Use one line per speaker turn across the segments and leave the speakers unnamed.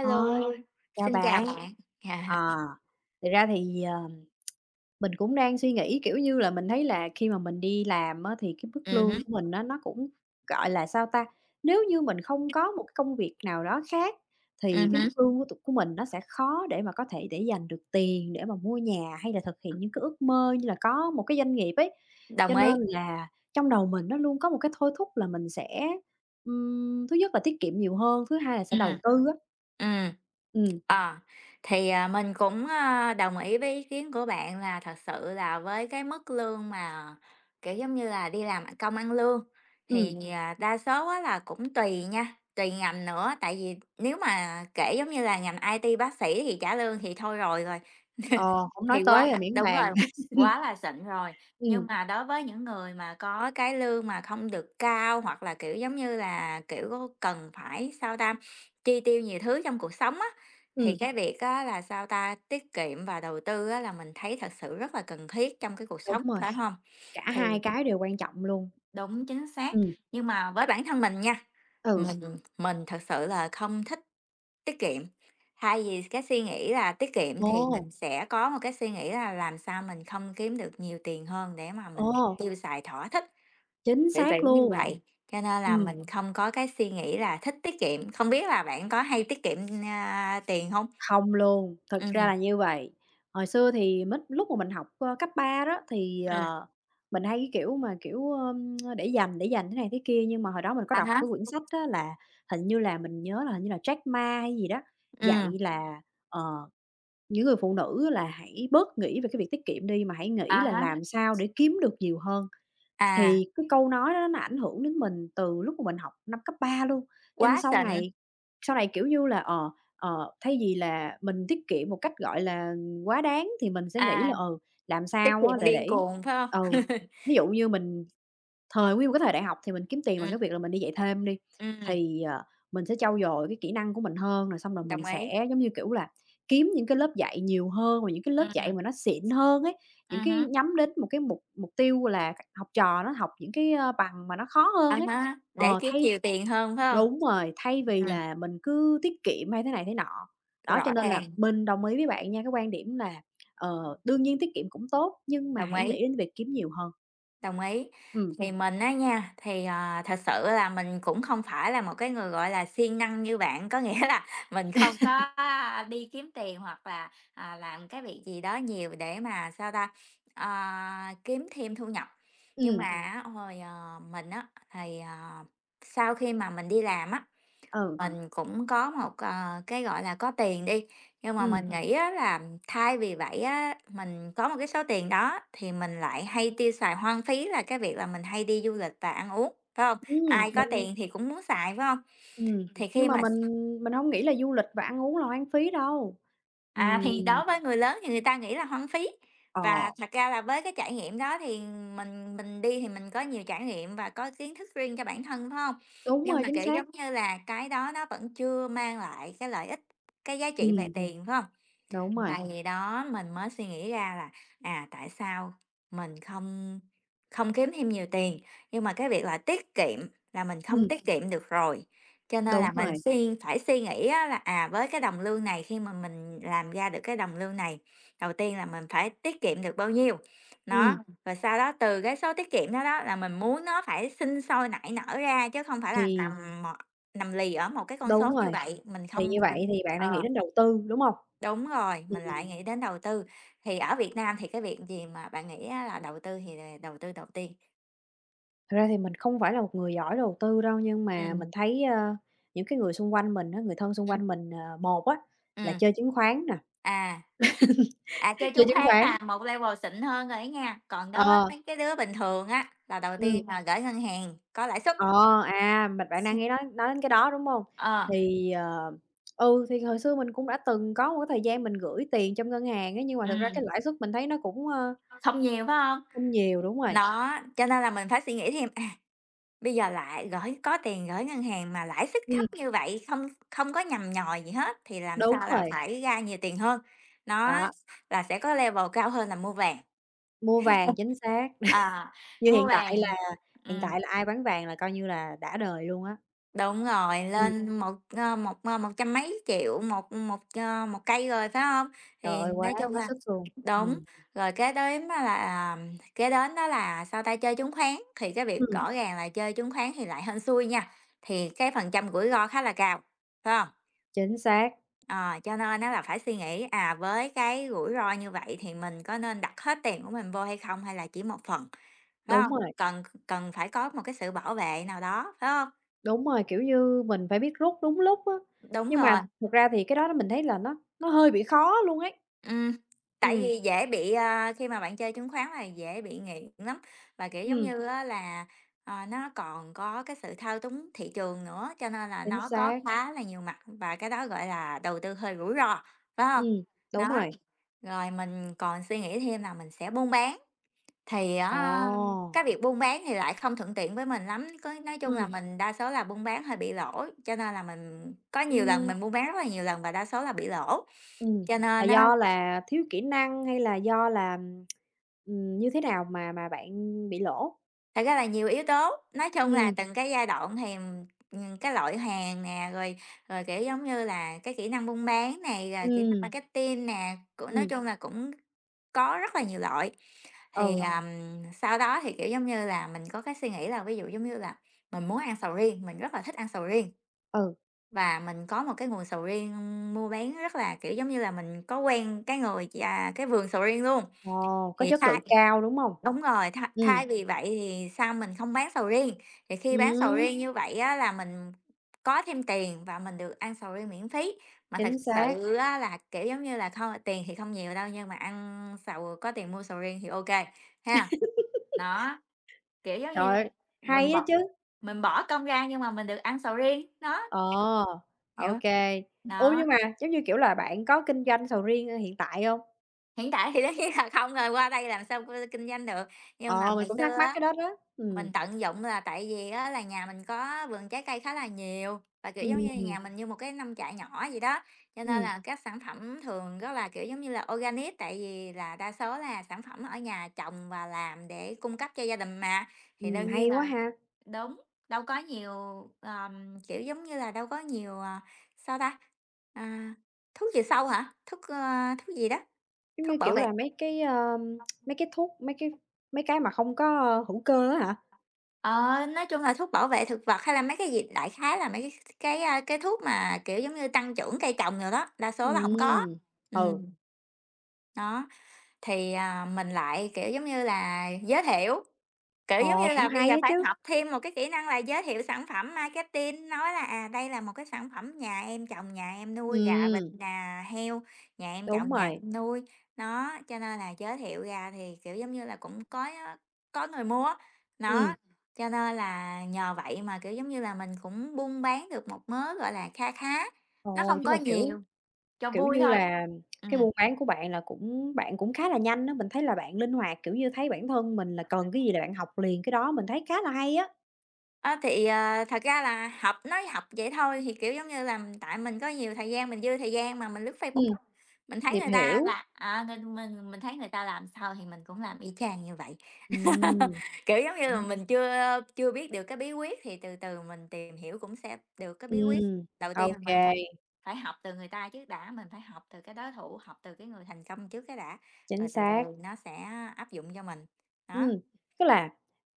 Ờ, Chào
xin chào
bạn.
bạn. Dạ.
Ờ, thực ra thì, mình cũng đang suy nghĩ, kiểu như là, mình thấy là khi mà mình đi làm á thì cái mức lương
Hứm,
của mình nó cũng, gọi là, sao ta, nếu như mình không có một cái công việc nào đó khác thì cái
hứm,
mức lương của tụi của mình nó sẽ khó để mà có thể để dành được tiền để mà mua nhà hay là thực hiện những cái ước mơ như là có một cái doanh nghiệp ấy. Cho
đồng ý.
nên là trong đầu mình nó luôn có một cái thôi thúc là mình sẽ, thứ nhất là tiết kiệm nhiều hơn, thứ hai là sẽ
Ừm,
đầu tư á.
ừm.
Ừ.
Ờ, thì, mình cũng, đồng ý với ý kiến của bạn là thật sự là với cái mức lương mà, kiểu, giống như là, đi làm công ăn lương
Ừm.
thì, đa số á là cũng tùy nha, tùy ngành nữa, tại vì nếu mà kể, giống như là, ngành IT bác sĩ thì trả lương thì thôi rồi rồi,
ờ, Hổng nói
thì quá
tới về
là
miễn
đúng
bàn.
rồi, quá là xịn rồi. Nhưng
Ừm.
mà đối với những người mà có cái lương mà không được cao hoặc là, kiểu, giống như là, kiểu, cần phải, sao ta, chi tiêu nhiều thứ trong cuộc sống á, thì
Ừm.
cái việc á là, sao ta, tiết kiệm và đầu tư á là mình thấy thật sự rất là cần thiết trong cái cuộc
Đúng
sống,
rồi,
phải không?
cả
Thì
hai cái đều quan trọng luôn.
đúng, chính xác,
Ừm.
nhưng mà với bản thân mình nha,
Ừ.
mình thật sự là không thích tiết kiệm. Thay vì cái suy nghĩ là tiết kiệm thì
Ồ.
mình sẽ có một cái suy nghĩ là làm sao mình không kiếm được nhiều tiền hơn để mà mình
Ồ.
tiêu xài thỏa thích,
Chính
kiểu
xác
kiểu như
luôn.
vậy. Cho nên là
Ừm.
mình không có cái suy nghĩ là thích tiết kiệm, không biết là bạn có hay tiết kiệm, tiền không?
Không luôn, thực ra là như vậy. Hồi xưa thì mít lúc mà mình học, cấp 3 đó thì,
Ừm.
mình hay cái kiểu mà, kiểu, để dành thế này thế kia, nhưng mà hồi đó mình có
À
đọc
há,
cái quyển sách á là hình như là mình nhớ là hình như là Jack Ma hay gì đó,
ừm,
dạy là, ờ những người phụ nữ là hãy bớt nghĩ về cái việc tiết kiệm đi, mà hãy nghĩ
à
là
há,
làm sao để kiếm được nhiều hơn.
à,
Thì cái câu nói đó nó ảnh hưởng đến mình từ lúc mà mình học năm cấp 3 luôn, cho
quá
nên sau
xịn,
này kiểu như là, thay vì là mình tiết kiệm một cách, gọi là, quá đáng thì mình sẽ nghĩ là,
à,
làm
tiết
sao á
kiệm
là
điên
để
cuồng, phải hông?
ừ, ví dụ như mình thời nguyên một cái thời đại học thì mình kiếm tiền bằng
Ừm,
cái việc là mình đi dạy thêm đi,
ừm,
thì, mình sẽ trau dồi cái kỹ năng của mình hơn, rồi xong rồi
đồng
mình
ý,
sẽ, giống như kiểu là kiếm những cái lớp dạy nhiều hơn và những cái lớp dạy
ừm,
mà nó xịn hơn ấy, những cái
hứm,
nhắm đến một cái mục mục tiêu là các học trò nó học những cái, bằng mà nó khó
à
hơn ấy.
há, để
Ờ,
kiếm
thay
nhiều tiền hơn, phải hông?
Đúng rồi, thay vì
Ừm,
là mình cứ tiết kiệm hay thế này thế nọ. Đó,
rõ
cho nên là
ràng,
mình đồng ý với bạn nha, cái quan điểm là, đương nhiên tiết kiệm cũng tốt, nhưng mà
đồng
hãy
ý.
nghĩ đến việc kiếm nhiều hơn.
Đồng ý.
Ừm.
Thì mình á nha, thì, ờ, thật sự là mình cũng không phải là một cái người, gọi là, siêng năng như bạn, có nghĩa là mình không có đi kiếm tiền hoặc là, làm cái việc gì đó nhiều để mà, sao ta, ờ, kiếm thêm thu nhập. Nhưng mà
Ừm.
á, hồi, ờ, mình á, thì, ờ, sau khi mà mình đi làm á,
Ừ.
mình cũng có một, ờ, cái, gọi là, có tiền đi, nhưng mà
Ừm.
mình nghĩ á là thay vì vậy á, mình có một cái số tiền đó thì mình lại hay tiêu xài hoang phí là cái việc là mình hay đi du lịch và ăn uống, phải không?
Ừm.
Ai có
mình
tiền thì cũng muốn xài, phải không?
ừm,
Thì
nhưng
khi
mà
mà
mình hông nghĩ là du lịch và ăn uống là hoang phí đâu.
à, thì
Ừm.
đối với người lớn thì người ta nghĩ là hoang phí. À,
Ờ.
và thật ra là với cái trải nghiệm đó thì mình đi thì mình có nhiều trải nghiệm và có kiến thức riêng cho bản thân, phải hông? Đúng.
Đúng
Nhưng đúng
rồi,
mà,
chính
rồi, kiểu,
xác.
giống như là, cái đó nó vẫn chưa mang lại cái lợi ích, cái giá trị ừm, về ừm,
Ừm.
tiền, phải không?
Đúng rồi.
Tại vì đó mình mới suy nghĩ ra là, à, tại sao mình không không kiếm thêm nhiều tiền, nhưng mà cái việc là tiết kiệm là mình không
Ừm.
tiết kiệm được rồi. Cho nên
Đúng
là mình
rồi.
phải suy nghĩ á là, à, với cái đồng lương này khi mà mình làm ra được cái đồng lương này, đầu tiên là mình phải tiết kiệm được bao nhiêu. Nó
Ừm.
ừm, rồi sau đó từ cái số tiết kiệm đó đó là mình muốn nó phải sinh sôi nảy nở ra chứ không phải là
Thì
nằm lì ở một cái con số
đúng
như
rồi,
vậy, mình
thì như
không mình
vậy thì bạn lại nghĩ
ờ.
đến đầu tư, đúng hông?
Đúng rồi, mình lại
Ừm.
nghĩ đến đầu tư. Thì ở Việt Nam thì cái việc gì mà bạn nghĩ á là đầu tư thì là đầu tư đầu tiên?
Thật ra thì mình không phải là một người giỏi đầu tư đâu, nhưng mà
Ừm.
mình thấy, những cái người xung quanh mình á, người thân xung
Ừm,
quanh mình, một á, là
ừm,
chơi chứng khoán nè.
à, à, chơi
Chơi
chứng
chứng
khoán
khoán.
là một level xịn hơn rồi ấy nha, còn đối với
Ờ,
mấy cái đứa bình thường á, là đầu
ừm,
tiên là gửi ngân hàng có lãi suất,
ờ, à, mình Bạn đang nghe nói đến cái đó, đúng hông?
ờ,
Thì, thì hồi xưa mình cũng đã từng có một cái thời gian mình gửi tiền trong ngân hàng á, nhưng mà thực ra cái
ừm,
lãi suất mình thấy nó cũng,
không nhiều, phải không?
không nhiều, đúng rồi.
Nó, cho nên là mình phải suy nghĩ thêm, à, bây giờ lại gửi có tiền gửi ngân hàng mà lãi suất thấp
Ừm.
như vậy, không không có nhằm nhòi gì hết thì làm sao
Đúng
là
rồi.
phải ra nhiều tiền hơn, nó
Đó,
là sẽ có level cao hơn là mua vàng.
mua vàng, chính xác.
À,
Như
mua vàng
hiện
ừm,
tại là ai bán vàng là coi như là đã đời luôn á.
đúng rồi,
Ừm.
lên một, ơ, một, ơ, một trăm mấy triệu một một, ơ, một cây rồi, phải không?
Trời
Thì
ơi, quá
nói chung
quá
là
sức luôn.
đúng,
Ừm.
rồi kế đến đó là, sao ta, chơi chứng khoán, thì cái việc
Ừm.
rõ ràng là chơi chứng khoán thì lại hên xui nha, thì cái phần trăm rủi ro khá là cao, phải không?
Chính xác.
Ờ, cho nên nó là phải suy nghĩ, à, với cái rủi ro như vậy thì mình có nên đặt hết tiền của mình vô hay không, hay là chỉ một phần, phải
Đúng
không?
rồi.
Cần cần phải có một cái sự bảo vệ nào đó, phải không?
Đúng rồi, kiểu như, mình phải biết rút đúng lúc á,
Đúng
nhưng
rồi,
mà thực ra thì cái đó mình thấy là nó hơi bị khó luôn ấy.
ừm, tại
Ừm.
vì dễ bị, a khi mà bạn chơi chứng khoán là dễ bị nghiện lắm, và, kiểu, giống
Ừm.
như á là, ờ, nó còn có cái sự thao túng thị trường nữa, cho nên là
Chính
nó có
xác.
khá là nhiều mặt và cái đó gọi là đầu tư hơi rủi ro, phải không?
Ừm. Đúng
Đó,
rồi.
rồi mình còn suy nghĩ thêm là mình sẽ buôn bán. Thì
Ồ.
á, cái việc buôn bán thì lại không thuận tiện với mình lắm, có nói chung là
Ừ.
mình đa số là buôn bán hơi bị lỗ, cho nên là mình có nhiều lần
Ừm.
mình buôn bán rất là nhiều lần và đa số là bị lỗ.
Ừm.
Cho
Là
nên á,
do là thiếu kỹ năng hay là do là, như thế nào mà bạn bị lỗ?
thật ra là nhiều yếu tố, nói chung là
Ừm.
từng cái giai đoạn thì, cái loại hàng nè, rồi rồi, kiểu, giống như là, cái kỹ năng buôn bán này, rồi kỹ năng
Ừm.
marketing nè, cũng nói
Ừm.
chung là cũng có rất là nhiều loại. Thì,
Ừ.
sau đó thì, kiểu, giống như là, mình có cái suy nghĩ là ví dụ, giống như là, mình muốn ăn sầu riêng, mình rất là thích ăn sầu riêng.
Ừ.
Và mình có một cái nguồn sầu riêng mua bán rất là, kiểu, giống như là, mình có quen cái người chà cái vườn sầu riêng luôn,
Ồ, có
thì
chất lượng cao, đúng hông?
đúng rồi, thay
Ừm.
thay vì vậy thì sao mình không bán sầu riêng, thì khi bán sầu
Ừm.
riêng à, như vậy á là mình có thêm tiền và mình được ăn sầu riêng miễn phí. Mà thật
Chính xác.
sự á là, kiểu, giống như là, không tiền thì không nhiều đâu, nhưng mà ăn sầu có tiền mua sầu riêng thì ok ha. Đó, kiểu, giống
Trời
như,
ơi,
mình
hay á
bỏ
chứ!
mình bỏ công ra nhưng mà mình được ăn sầu riêng, đó.
Ờ,
Hiểu
ô
không?
kê. Ủa,
Đó.
nhưng mà, giống như, kiểu là, bạn có kinh doanh sầu riêng hiện tại hông?
Hiện tại thì tất nhiên là không rồi, qua đây làm sao c kinh doanh được. Nhưng mà
Ờ, mình
ngày
cũng thắc
xưa
mắc
á,
cái đó đó. Ừm.
mình tận dụng là tại vì á là nhà mình có vườn trái cây khá là nhiều và, kiểu,
Ừm.
giống như,
Ừm.
nhà mình như một cái nông trại nhỏ vậy đó, cho nên
Ừm.
là các sản phẩm thường rất là, kiểu, giống như là, organic, tại vì là đa số là sản phẩm ở nhà trồng và làm để cung cấp cho gia đình mà, thì
Ừm.
đương nhiên
Hay quá
là
ha!
đúng, đâu có nhiều, kiểu, giống như là, đâu có nhiều, ờ, sao ta, à, thuốc trừ sâu hả? Thuốc, ơ, thuốc gì đó,
Giống như,
thuốc bảo
kiểu
vệ
là, mấy cái, mấy cái thuốc, mấy cái mà không có, hữu cơ á hả?
ờ, nói chung là thuốc bảo vệ thực vật hay là mấy cái gì đại khái là mấy cái, a, cái thuốc mà, kiểu, giống như tăng trưởng cây trồng rồi đó, đa số là không có. À.
Ừm. Ừ.
Đó, thì, à, mình lại, kiểu, giống như là, giới thiệu. Kiểu, giống
Ồ,
như
cũng
là, bây
hay
giờ
á
phải
chứ.
học thêm một cái kỹ năng là giới thiệu sản phẩm marketing, nói là, à, đây là một cái sản phẩm nhà em trồng, nhà em nuôi gà, vịt
Ừm.
nà, heo, nhà em
Đúng
trồng, nhà
rồi.
em nuôi. Nó cho nên là giới thiệu ra thì, kiểu, giống như là, cũng có người mua nó
Ừm.
cho nên là nhờ vậy mà, kiểu, giống như là, mình cũng buôn bán được một mớ, gọi là, kha khá, nó
Ồ,
không
nhưng
có
mà, kiểu,
nhiều, cho
kiểu
vui
như
thôi.
là, cái
Ừm.
buôn bán của bạn là cũng bạn cũng khá là nhanh á, mình thấy là bạn linh hoạt, kiểu như, thấy bản thân mình là cần cái gì là bạn học liền cái đó, mình thấy khá là hay á.
Ơ, thì, ờ, thật ra là học nói học vậy thôi, thì, kiểu, giống như là, m- tại mình có nhiều thời gian, mình dư thời gian mà mình lướt Facebook
Ừm,
á, mình thấy
tìm
người ta
hiểu.
là à, nên mình thấy người ta làm sao thì mình cũng làm y chang như vậy. Ừm.
Ừm.
Kiểu, giống như là,
Cũng.
mình chưa chưa biết được cái bí quyết thì từ từ mình tìm hiểu cũng sẽ được cái bí quyết.
Ừm.
Đầu
Ô
tiên là
kê.
mình phải phải học từ người ta trước đã, mình phải học từ cái đối thủ, học từ cái người thành công trước cái đã,
Chính
rồi từ từ
xác.
nó sẽ áp dụng cho mình. Đó.
Ừm. Tức là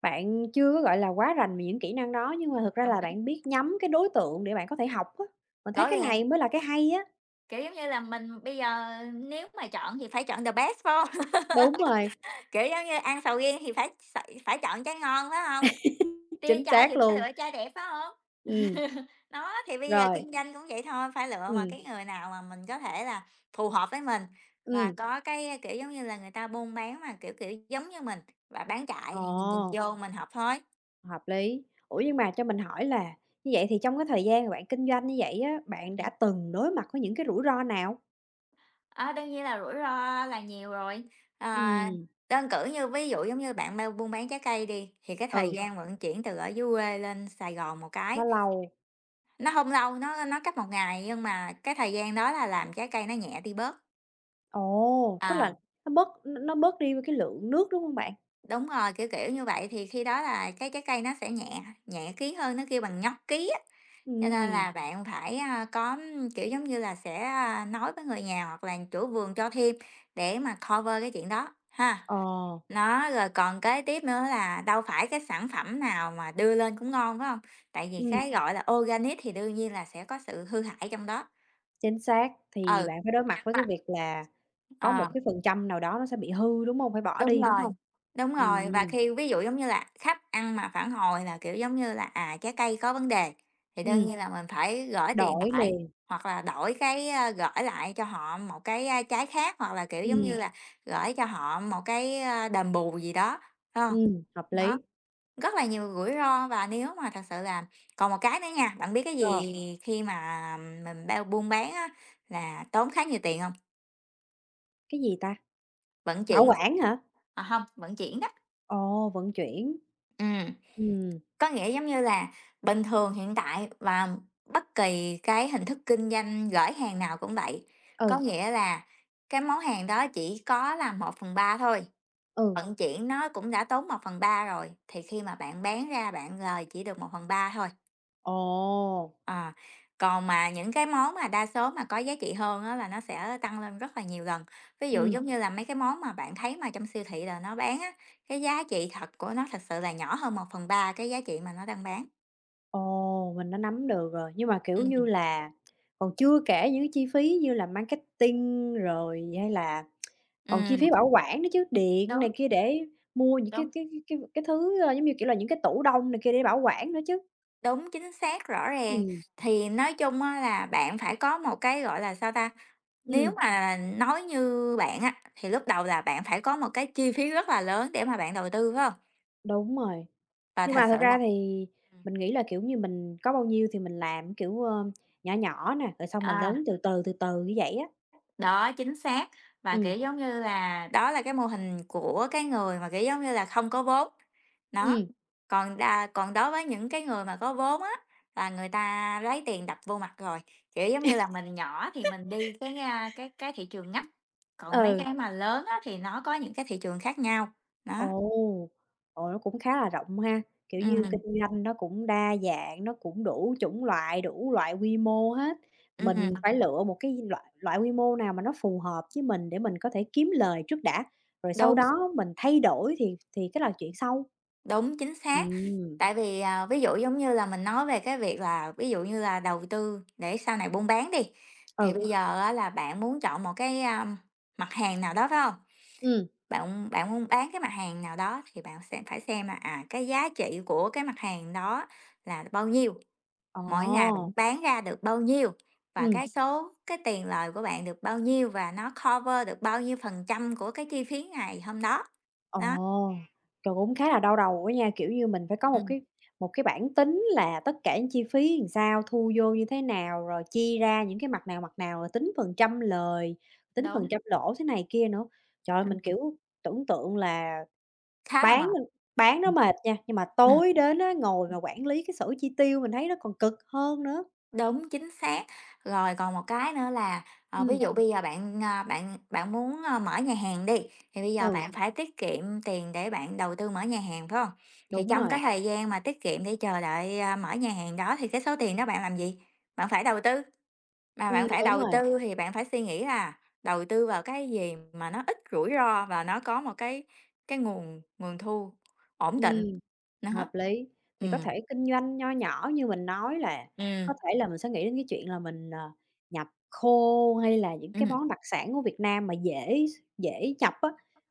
bạn chưa có, gọi là, quá rành về những kỹ năng đó, nhưng mà thực ra
Đồng
là
ý.
bạn biết nhắm cái đối tượng để bạn có thể học á, mình thấy
Rõ
cái
ràng.
này mới là cái hay á.
Kiểu, giống như là, mình bây giờ nếu mà chọn thì phải chọn the best, phải hông?
Đúng rồi.
Kiểu, giống như, ăn sầu riêng thì phải phải chọn trái ngon, phải hông? Tia
Chính
chai
xác
thì phải
luôn.
lựa chai đẹp, phải hông?
Ừm.
Đó, thì bây giờ
Rồi.
kinh doanh cũng vậy thôi, phải lựa
Ừ.
mà cái người nào mà mình có thể là phù hợp với mình và
Ừ.
có cái, kiểu, giống như là, người ta buôn bán mà, kiểu, giống như mình và bán chạy thì mình nhìn
Ồ,
vô mình học thôi.
hợp lý. Ủa,
Ừm.
nhưng mà cho mình hỏi là như vậy thì trong cái thời gian mà bạn kinh doanh như vậy á, bạn đã
Ừm.
từng đối mặt với những cái rủi ro nào?
Ờ, đương nhiên là rủi ro là nhiều rồi. À,
Ừ.
đơn cử như ví dụ giống như bạn mang buôn bán trái cây đi, thì cái thời
Ừ,
gian vận chuyển từ ở dưới quê lên Sài Gòn một cái,
nó lâu.
nó không lâu, nó cách một ngày, nhưng mà cái thời gian đó là làm trái cây nó nhẹ đi bớt.
Ồ,
Ờ.
tức
À,
là nó bớt nó bớt đi cái lượng nước, đúng không bạn?
đúng rồi, kiểu như vậy, thì khi đó là cái trái cây nó sẽ nhẹ nhẹ ký hơn, nó kêu bằng nhóc ký á, cho nên
Ừ.
là bạn phải, có, kiểu, giống như là, sẽ, nói với người nhà hoặc là chủ vườn cho thêm để mà cover cái chuyện đó ha.
Ờ.
Nó, rồi còn kế tiếp nữa là đâu phải cái sản phẩm nào mà đưa lên cũng ngon, phải không? Tại vì
Ừm.
cái, gọi là, organic thì đương nhiên là sẽ có sự hư hại trong đó.
Chính xác,
Ừ,
thì bạn phải đối mặt
ăn
với cái
mà
việc là có
ờ,
một cái phần trăm nào đó nó sẽ bị hư, đúng hông? Phải bỏ
đúng
đi, đúng
rồi,
hông?
đúng rồi, và
Ừm.
khi ví dụ, giống như là, khách ăn mà phản hồi là, kiểu, giống như là, à, trái cây có vấn đề, thì đương
Ừm,
nhiên là mình phải gửi tiền
đổi
lại,
liền.
hoặc là đổi cái, gởi lại cho họ một cái, trái khác, hoặc là, kiểu, giống như
Ừm.
là, gửi cho họ một cái, đền bù gì đó, phải hông?
Ừm, hợp lý.
Rất là nhiều rủi ro và nếu mà thật sự là còn một cái nữa nha, bạn biết cái
Ờ,
gì khi mà mình bao buôn bán á là tốn khá nhiều tiền không?
cái gì ta?
Vận
Bảo
chuyển,
quản hả?
à không vận chuyển đó.
Ồ, vận chuyển.
Ừm,
Ừm.
có nghĩa giống như là bình thường hiện tại và bất kỳ cái hình thức kinh doanh gửi hàng nào cũng vậy, có
Ừ.
nghĩa là cái món hàng đó chỉ có là một phần ba thôi,
Ừ.
vận chuyển nó cũng đã tốn một phần ba rồi, thì khi mà bạn bán ra bạn lời chỉ được một phần ba thôi.
Ồ.
À, còn mà những cái món mà đa số mà có giá trị hơn á là nó sẽ tăng lên rất là nhiều lần. Ví dụ
Ừm.
giống như là mấy cái món mà bạn thấy mà trong siêu thị là nó bán á, cái giá trị thật của nó thật sự là nhỏ hơn một phần ba cái giá trị mà nó đang bán.
Ồ, mình đã nắm được rồi, nhưng mà, kiểu như
Ừm.
là, còn chưa kể những cái chi phí như là marketing rồi hay là còn chi
Ừm.
phí bảo quản nữa chứ, điện
Đúng,
này kia để mua những cái
đúng.
thứ, giống như, kiểu là, những cái tủ đông này kia để bảo quản nữa chứ.
Đúng, chính xác, rõ ràng.
Ừm.
Thì nói chung á là bạn phải có một cái, gọi là, sao ta, nếu
Ừm,
mà nói như bạn á, thì lúc đầu là bạn phải có một cái chi phí rất là lớn để mà bạn đầu tư, phải hông?
đúng rồi.
Và
Nhưng
thật
mà
sự
thật ra
là
thì
ừm.
mình nghĩ là, kiểu như, mình có bao nhiêu thì mình làm, kiểu, nhỏ nhỏ nè, rồi xong rồi
À.
lớn từ từ, từ từ như vậy á.
Đó, chính xác. Và,
Ừm.
kiểu, giống như là, đó là cái mô hình của cái người mà, kiểu, giống như là, không có vốn. Nó,
Ừm.
còn đối với những cái người mà có vốn á, là người ta lấy tiền đập vô mặt rồi. Kiểu, giống như là, mình nhỏ thì mình đi cái, cái thị trường ngách, còn mấy
Ừ.
cái mà lớn á thì nó có những cái thị trường khác nhau. Đó,
Ồ. Ồ, nó cũng khá là rộng ha, kiểu như,
ừm,
kinh doanh nó cũng đa dạng, nó cũng đủ chủng loại, đủ loại quy mô hết. Mình
ừm,
phải lựa một cái loại loại quy mô nào mà nó phù hợp với mình để mình có thể kiếm lời trước đã, rồi sau
đúng.
đó mình thay đổi thì cái là chuyện sau.
Đúng, chính xác.
Ừm.
Tại vì, à, ví dụ, giống như là, mình nói về cái việc là ví dụ như là đầu tư để sau này buôn bán đi, thì
Ừ.
bây giờ á là bạn muốn chọn một cái, mặt hàng nào đó, phải không?
Ừm.
Bạn bạn muốn bán cái mặt hàng nào đó thì bạn sẽ phải xem là, à, cái giá trị của cái mặt hàng đó là bao nhiêu, mỗi ngày bạn
Ồ.
bán ra được bao nhiêu và
Ừ.
cái số cái tiền lời của bạn được bao nhiêu và nó cover được bao nhiêu phần trăm của cái chi phí ngày hôm đó. Đó,
Ồ, trời, cũng khá là đau đầu á nha, kiểu như, mình phải có một
ừm,
cái bảng tính là tất cả những chi phí làm sao, thu vô như thế nào, rồi chia ra những cái mặt nào, rồi tính phần trăm lời, tính phần
đúng,
trăm lỗ thế này kia nữa. Trời ơi,
ừm,
mình, kiểu, tưởng tượng là
khá là
bán
mệt.
bán nó mệt nha, nhưng mà
Ừm.
tối đến á, ngồi mà quản lý cái sổ chi tiêu mình thấy nó còn cực hơn nữa.
Đúng, chính xác. Rồi còn một cái nữa là, ờ, ví
Ừm.
dụ bây giờ bạn, à, bạn bạn muốn, mở nhà hàng đi, thì bây giờ bạn
Ừ.
Phải tiết kiệm tiền để bạn đầu tư mở nhà hàng, phải không? Thì
Đúng
trong cái
rồi.
thời gian mà tiết kiệm để chờ đợi, mở nhà hàng đó thì cái số tiền đó bạn làm gì? Bạn phải đầu tư, mà bạn
Ừm.
phải
Đúng
đầu
rồi.
tư thì bạn phải suy nghĩ là đầu tư vào cái gì mà nó ít rủi ro và nó có một cái nguồn nguồn thu ổn định.
Ừ.
Đó.
Hợp lý, thì có
Ừm,
thể kinh doanh nho nhỏ như mình nói là
ừ
có thể là mình sẽ nghĩ đến cái chuyện là mình, nhập khô hay là những
ừ
cái món đặc sản của Việt Nam mà dễ dễ nhập á,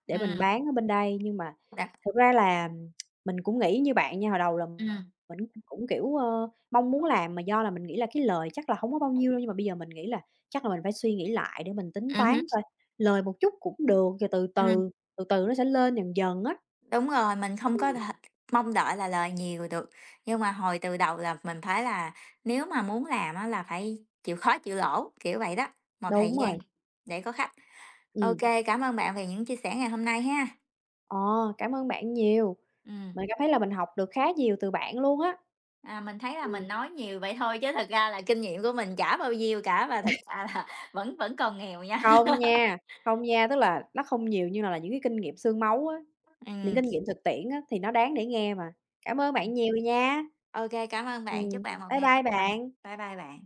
để mình
ừ
bán ở bên đây. Nhưng mà
đ
thực ra là mình cũng nghĩ như bạn nha, hồi đầu là
ừm,
mình cũng cũng, kiểu, mong muốn làm mà do là mình nghĩ là cái lời chắc là không có bao nhiêu đâu, nhưng mà bây giờ mình nghĩ là chắc là mình phải suy nghĩ lại để mình tính
ừ
toán
hứm.
coi, lời một chút cũng được, rồi từ
Ừm,
từ, từ từ nó sẽ lên dần dần á.
đúng rồi, mình không có
Ừm,
thể mong đợi là lời nhiều được, nhưng mà hồi từ đầu là mình phải là nếu mà muốn làm á là phải chịu khó chịu lỗ, kiểu vậy đó, một thời
đúng
gian
rồi.
để có khách. Ok,
Ừ.
cảm ơn bạn về những chia sẻ ngày hôm nay ha.
Ờ, cảm ơn bạn nhiều,
Ừm,
mình cảm thấy là mình học được khá nhiều từ bạn luôn á.
à, mình thấy là
Ừm.
mình nói nhiều vậy thôi chứ thật ra là kinh nghiệm của mình chả bao nhiêu cả và thật ra là vẫn vẫn còn nghèo nha.
Không nha, không nha, tức là nó không nhiều như là những cái kinh nghiệm xương máu á, những
Ừm,
kinh nghiệm thực tiễn á, thì nó đáng để nghe mà. Cảm ơn
mình
bạn nhiều nha.
cảm ơn bạn, chúc
Ừm,
bạn một
bye
ngày tốt
bye
lành.
bạn.
Bye bye bạn.